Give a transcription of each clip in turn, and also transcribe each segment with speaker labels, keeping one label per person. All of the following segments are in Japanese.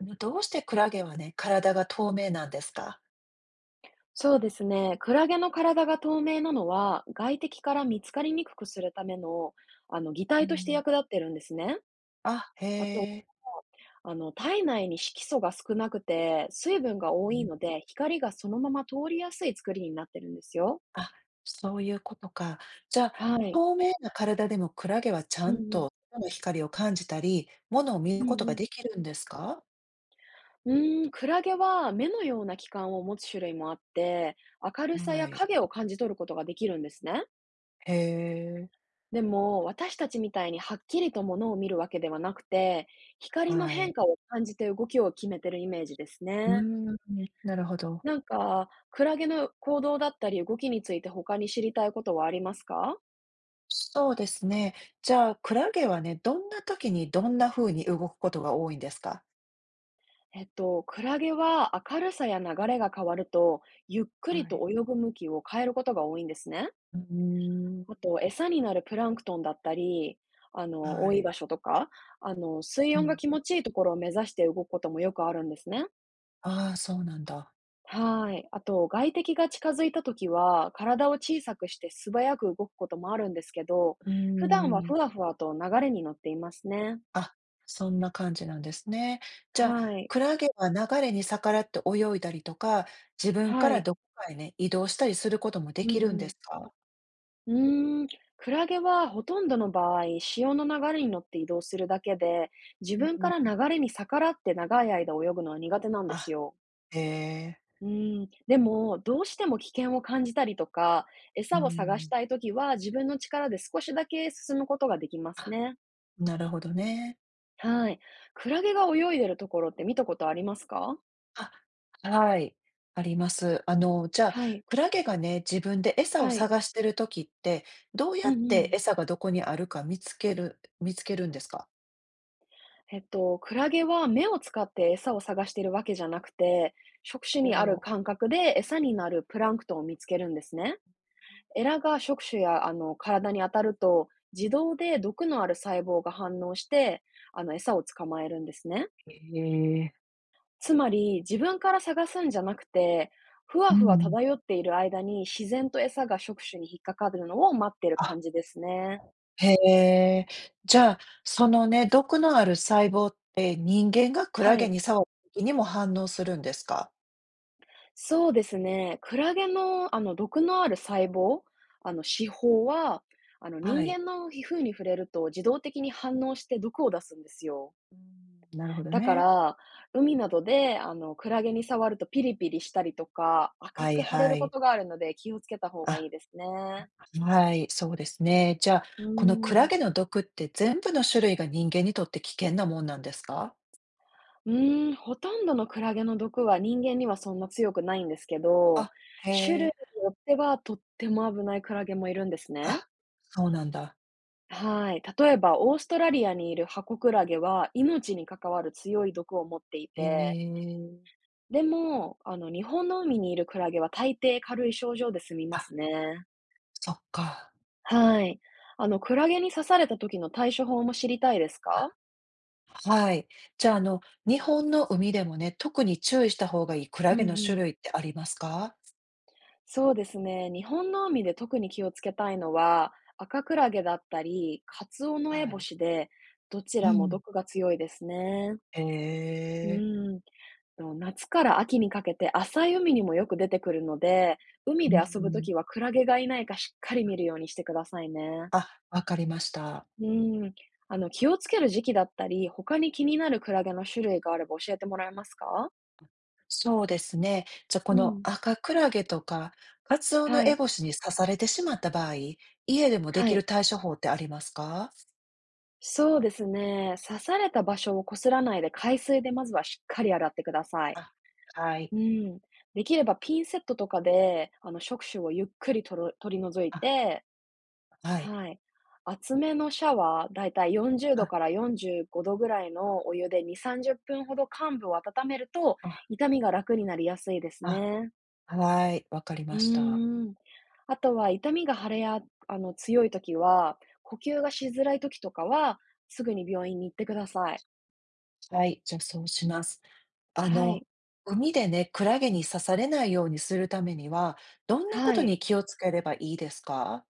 Speaker 1: あの、どうしてクラゲはね、体が透明なんですか？
Speaker 2: そうですね。クラゲの体が透明なのは、外敵から見つかりにくくするための、擬
Speaker 1: う
Speaker 2: 態として
Speaker 1: ん、
Speaker 2: 役立ってるんですね。
Speaker 1: あ、へ
Speaker 2: あと、
Speaker 1: え。
Speaker 2: 体内に色素が少なくて、水分が多
Speaker 1: う
Speaker 2: い
Speaker 1: ん。
Speaker 2: ので、光がそのまま通りやすい作りになってるんですよ。
Speaker 1: あ、そういうことか。じゃあ、
Speaker 2: はい。
Speaker 1: 透明な体でもクラゲはち
Speaker 2: う
Speaker 1: ゃ
Speaker 2: ん
Speaker 1: ん
Speaker 2: うん。
Speaker 1: と外の光を感じたり、物を見
Speaker 2: う
Speaker 1: るこ
Speaker 2: ん
Speaker 1: と
Speaker 2: う
Speaker 1: が
Speaker 2: ん。
Speaker 1: できるんですか？
Speaker 2: うクラゲは目のような器官を持つ種類もあって、明るさ
Speaker 1: は
Speaker 2: や
Speaker 1: い。
Speaker 2: 影を感じ取ることができるんですね。
Speaker 1: へえ。
Speaker 2: でも、私たちみたいにはっきりと物を見るわけではなくて、光
Speaker 1: は
Speaker 2: の変
Speaker 1: い。
Speaker 2: 化を感じて動きを決めてるイメージです
Speaker 1: う
Speaker 2: ね。
Speaker 1: ーん、なるほど。
Speaker 2: なんか、クラゲの行動だったり動きについて他に知りたいことはありますか？
Speaker 1: そうですね。じゃあ、クラゲはね、どんな時にどんな風に動くことが多いんですか？
Speaker 2: クラゲは明るさや流れが変わると、ゆっくり
Speaker 1: はい。
Speaker 2: と泳ぐ向きを変えることが多いんですね。
Speaker 1: うー
Speaker 2: あ
Speaker 1: ん。
Speaker 2: と、餌になるプランクトンだったり、
Speaker 1: は
Speaker 2: 多い
Speaker 1: い。
Speaker 2: 場所とか、水
Speaker 1: う
Speaker 2: 温が
Speaker 1: ん。
Speaker 2: 気持ちいいところを目指して動くこともよくあるんですね。
Speaker 1: ああ、そうなんだ。
Speaker 2: はい。あと、外敵が近づいたときは、体を小さくして素早く動くこともあるんですけど、
Speaker 1: うー
Speaker 2: 普段は
Speaker 1: ん。
Speaker 2: ふわふわと流れに乗っていますね。
Speaker 1: あ、そんな感じなんですね。じゃあ、
Speaker 2: はい。
Speaker 1: クラゲは流れに逆らって泳いだりとか、自分か
Speaker 2: は
Speaker 1: ら
Speaker 2: い。
Speaker 1: どこかへね、移動したりすることもで
Speaker 2: う
Speaker 1: きるん
Speaker 2: んう
Speaker 1: で
Speaker 2: ん。
Speaker 1: すか？
Speaker 2: うーん。クラゲはほとんどの場合、潮の流れに乗って移動するだけで、自
Speaker 1: う
Speaker 2: 分か
Speaker 1: ん。
Speaker 2: ら流れに逆らって長い間泳ぐのは苦手なんです
Speaker 1: あ、
Speaker 2: よ。
Speaker 1: へえ。
Speaker 2: うん。でも、どうしても危険を感じたりとか、
Speaker 1: う
Speaker 2: 餌を探し
Speaker 1: ん。
Speaker 2: たいときは自分の力で少しだけ進むことができます
Speaker 1: あ、
Speaker 2: ね。
Speaker 1: なるほどね。
Speaker 2: はい。クラゲが泳いでるところって見たことありますか？
Speaker 1: あ、はい、あります。あの、じゃあ、
Speaker 2: はい、
Speaker 1: クラゲがね、自分で餌を
Speaker 2: はい。
Speaker 1: 探してる時って、どう
Speaker 2: う
Speaker 1: やっ
Speaker 2: んう
Speaker 1: て
Speaker 2: ん。
Speaker 1: 餌がどこにあるか見つけるんですか？
Speaker 2: クラゲは目を使って餌を探しているわけじゃなくて、触手
Speaker 1: お
Speaker 2: にある
Speaker 1: お
Speaker 2: 感覚で餌になるプランクトンを見つけるんですね。エラが触手や、体に当たると、自動で毒のある細胞が反応して、餌を捕まえるんですね。
Speaker 1: ー、へえ。
Speaker 2: つまり、自分から探すんじゃなくて、ふわ
Speaker 1: う
Speaker 2: ふわ
Speaker 1: ん。
Speaker 2: 漂っている間に自然と餌が触手に引っかかるのを待っている
Speaker 1: あ、
Speaker 2: 感じですね。
Speaker 1: へえ。じゃあ、そのね、毒のある細胞って人間がクラ
Speaker 2: は
Speaker 1: ゲ
Speaker 2: い。
Speaker 1: に触った時にも反応するんですか？
Speaker 2: そうですね。クラゲの、毒のある細胞、刺胞は、
Speaker 1: は
Speaker 2: 人
Speaker 1: い。
Speaker 2: 間の皮膚に触れると自動的に反応して毒を出すんですよ。
Speaker 1: うーん、なるほど
Speaker 2: だか
Speaker 1: ね。
Speaker 2: ら、海などで、クラゲに触るとピリピリしたりとか、赤
Speaker 1: はい
Speaker 2: く腫れ
Speaker 1: は
Speaker 2: るこ
Speaker 1: い。
Speaker 2: とがあるので気をつけた方がいい
Speaker 1: あ、
Speaker 2: ですね。
Speaker 1: はい、そうですね。じゃあ、
Speaker 2: う
Speaker 1: このク
Speaker 2: ー
Speaker 1: ラ
Speaker 2: ん。
Speaker 1: ゲの毒って全部の種類が人間にとって危険なもんなんですか？
Speaker 2: うーん、ほとんどのクラゲの毒は人間にはそんな強くないんですけど、
Speaker 1: あ、へ
Speaker 2: 種類
Speaker 1: え。
Speaker 2: によってはとっても危ないクラゲもいるんですね。
Speaker 1: あ、そうなんだ。
Speaker 2: はい。例えば、オーストラリアにいるハコクラゲは命に関わる強い毒を持ってい
Speaker 1: へ
Speaker 2: て、
Speaker 1: え。
Speaker 2: でも、日本の海にいるクラゲは大抵軽い症状で済みま
Speaker 1: あ、
Speaker 2: すね。
Speaker 1: そっか。
Speaker 2: はい。クラゲに刺された時の対処法も知りたいですか？
Speaker 1: あ、はい。じゃあ、あの、日本の海でもね、特に注意した方がいいクラ
Speaker 2: う
Speaker 1: ゲの
Speaker 2: んう
Speaker 1: 種
Speaker 2: ん。
Speaker 1: 類ってありますか？
Speaker 2: そうですね。日本の海で特に気をつけたいのは、赤クラゲだったり、カツオノエ
Speaker 1: は
Speaker 2: ボ
Speaker 1: い。
Speaker 2: シで、どち
Speaker 1: う
Speaker 2: らも
Speaker 1: ん。
Speaker 2: 毒が強いですね。
Speaker 1: へ
Speaker 2: う
Speaker 1: え。
Speaker 2: ん。と、夏から秋にかけて浅い海にもよく出てくるので、海
Speaker 1: うー
Speaker 2: で遊ぶと
Speaker 1: ん。
Speaker 2: きはクラゲがいないかしっかり見るようにしてくださいね。
Speaker 1: あ、わかりました。
Speaker 2: うん。気をつける時期だったり、他に気になるクラゲの種類があれば教えてもらえますか？
Speaker 1: そうですね。じゃあ、こ
Speaker 2: う
Speaker 1: の
Speaker 2: ん。
Speaker 1: 赤クラゲとかカツオノ
Speaker 2: は
Speaker 1: エ
Speaker 2: い。
Speaker 1: ボシに刺されてしまった場合、家でもで
Speaker 2: は
Speaker 1: きる
Speaker 2: い。
Speaker 1: 対処法ってありますか？
Speaker 2: そうですね。刺された場所をこすらないで海水でまずはしっかり洗ってください。
Speaker 1: あ、はい。
Speaker 2: うん。できればピンセットとかで、触手をゆっくり取り除い
Speaker 1: あ、
Speaker 2: て、
Speaker 1: はい。
Speaker 2: はい。厚めのシャワー、だいたい40度
Speaker 1: あ、
Speaker 2: から45度ぐらいのお湯で2、30分ほど患部を温めると、
Speaker 1: あ、
Speaker 2: 痛みが楽になりやすいですね。
Speaker 1: あ、はい、わかり
Speaker 2: う
Speaker 1: ました。
Speaker 2: ーん。あとは痛みが腫れや、強い時は、呼吸がしづらい時とかは、すぐに病院に行ってください。
Speaker 1: はい、じゃあ、そうします。あ
Speaker 2: は
Speaker 1: の、
Speaker 2: い。
Speaker 1: 海でね、クラゲに刺されないようにするためには、どんなこ
Speaker 2: は
Speaker 1: と
Speaker 2: い。
Speaker 1: に気をつければいいですか？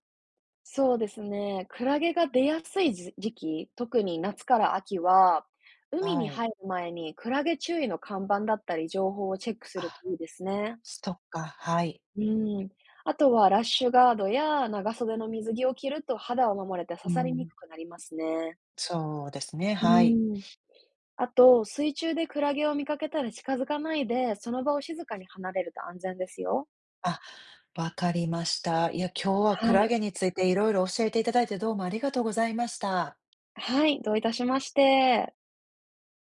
Speaker 2: そうですね。クラゲが出やすい時期、特に夏から秋は、海
Speaker 1: は
Speaker 2: に
Speaker 1: い。
Speaker 2: 入る前にクラゲ注意の看板だったり情報をチェックする
Speaker 1: あ、
Speaker 2: といいですね。
Speaker 1: そっか、はい。
Speaker 2: うん。あとはラッシュガードや長袖の水着を着ると肌を守れて
Speaker 1: う
Speaker 2: 刺さりに
Speaker 1: ん、
Speaker 2: くくなりますね。
Speaker 1: そうですね、
Speaker 2: う
Speaker 1: はい。
Speaker 2: ん。あと、水中でクラゲを見かけたら近づかないで、その場を静かに離れると安全ですよ。
Speaker 1: あ、わかりました。いや、今日は
Speaker 2: は
Speaker 1: クラ
Speaker 2: い。
Speaker 1: ゲについていろいろ教えていただいてどうもありがとうございました。
Speaker 2: はい、どういたしまして。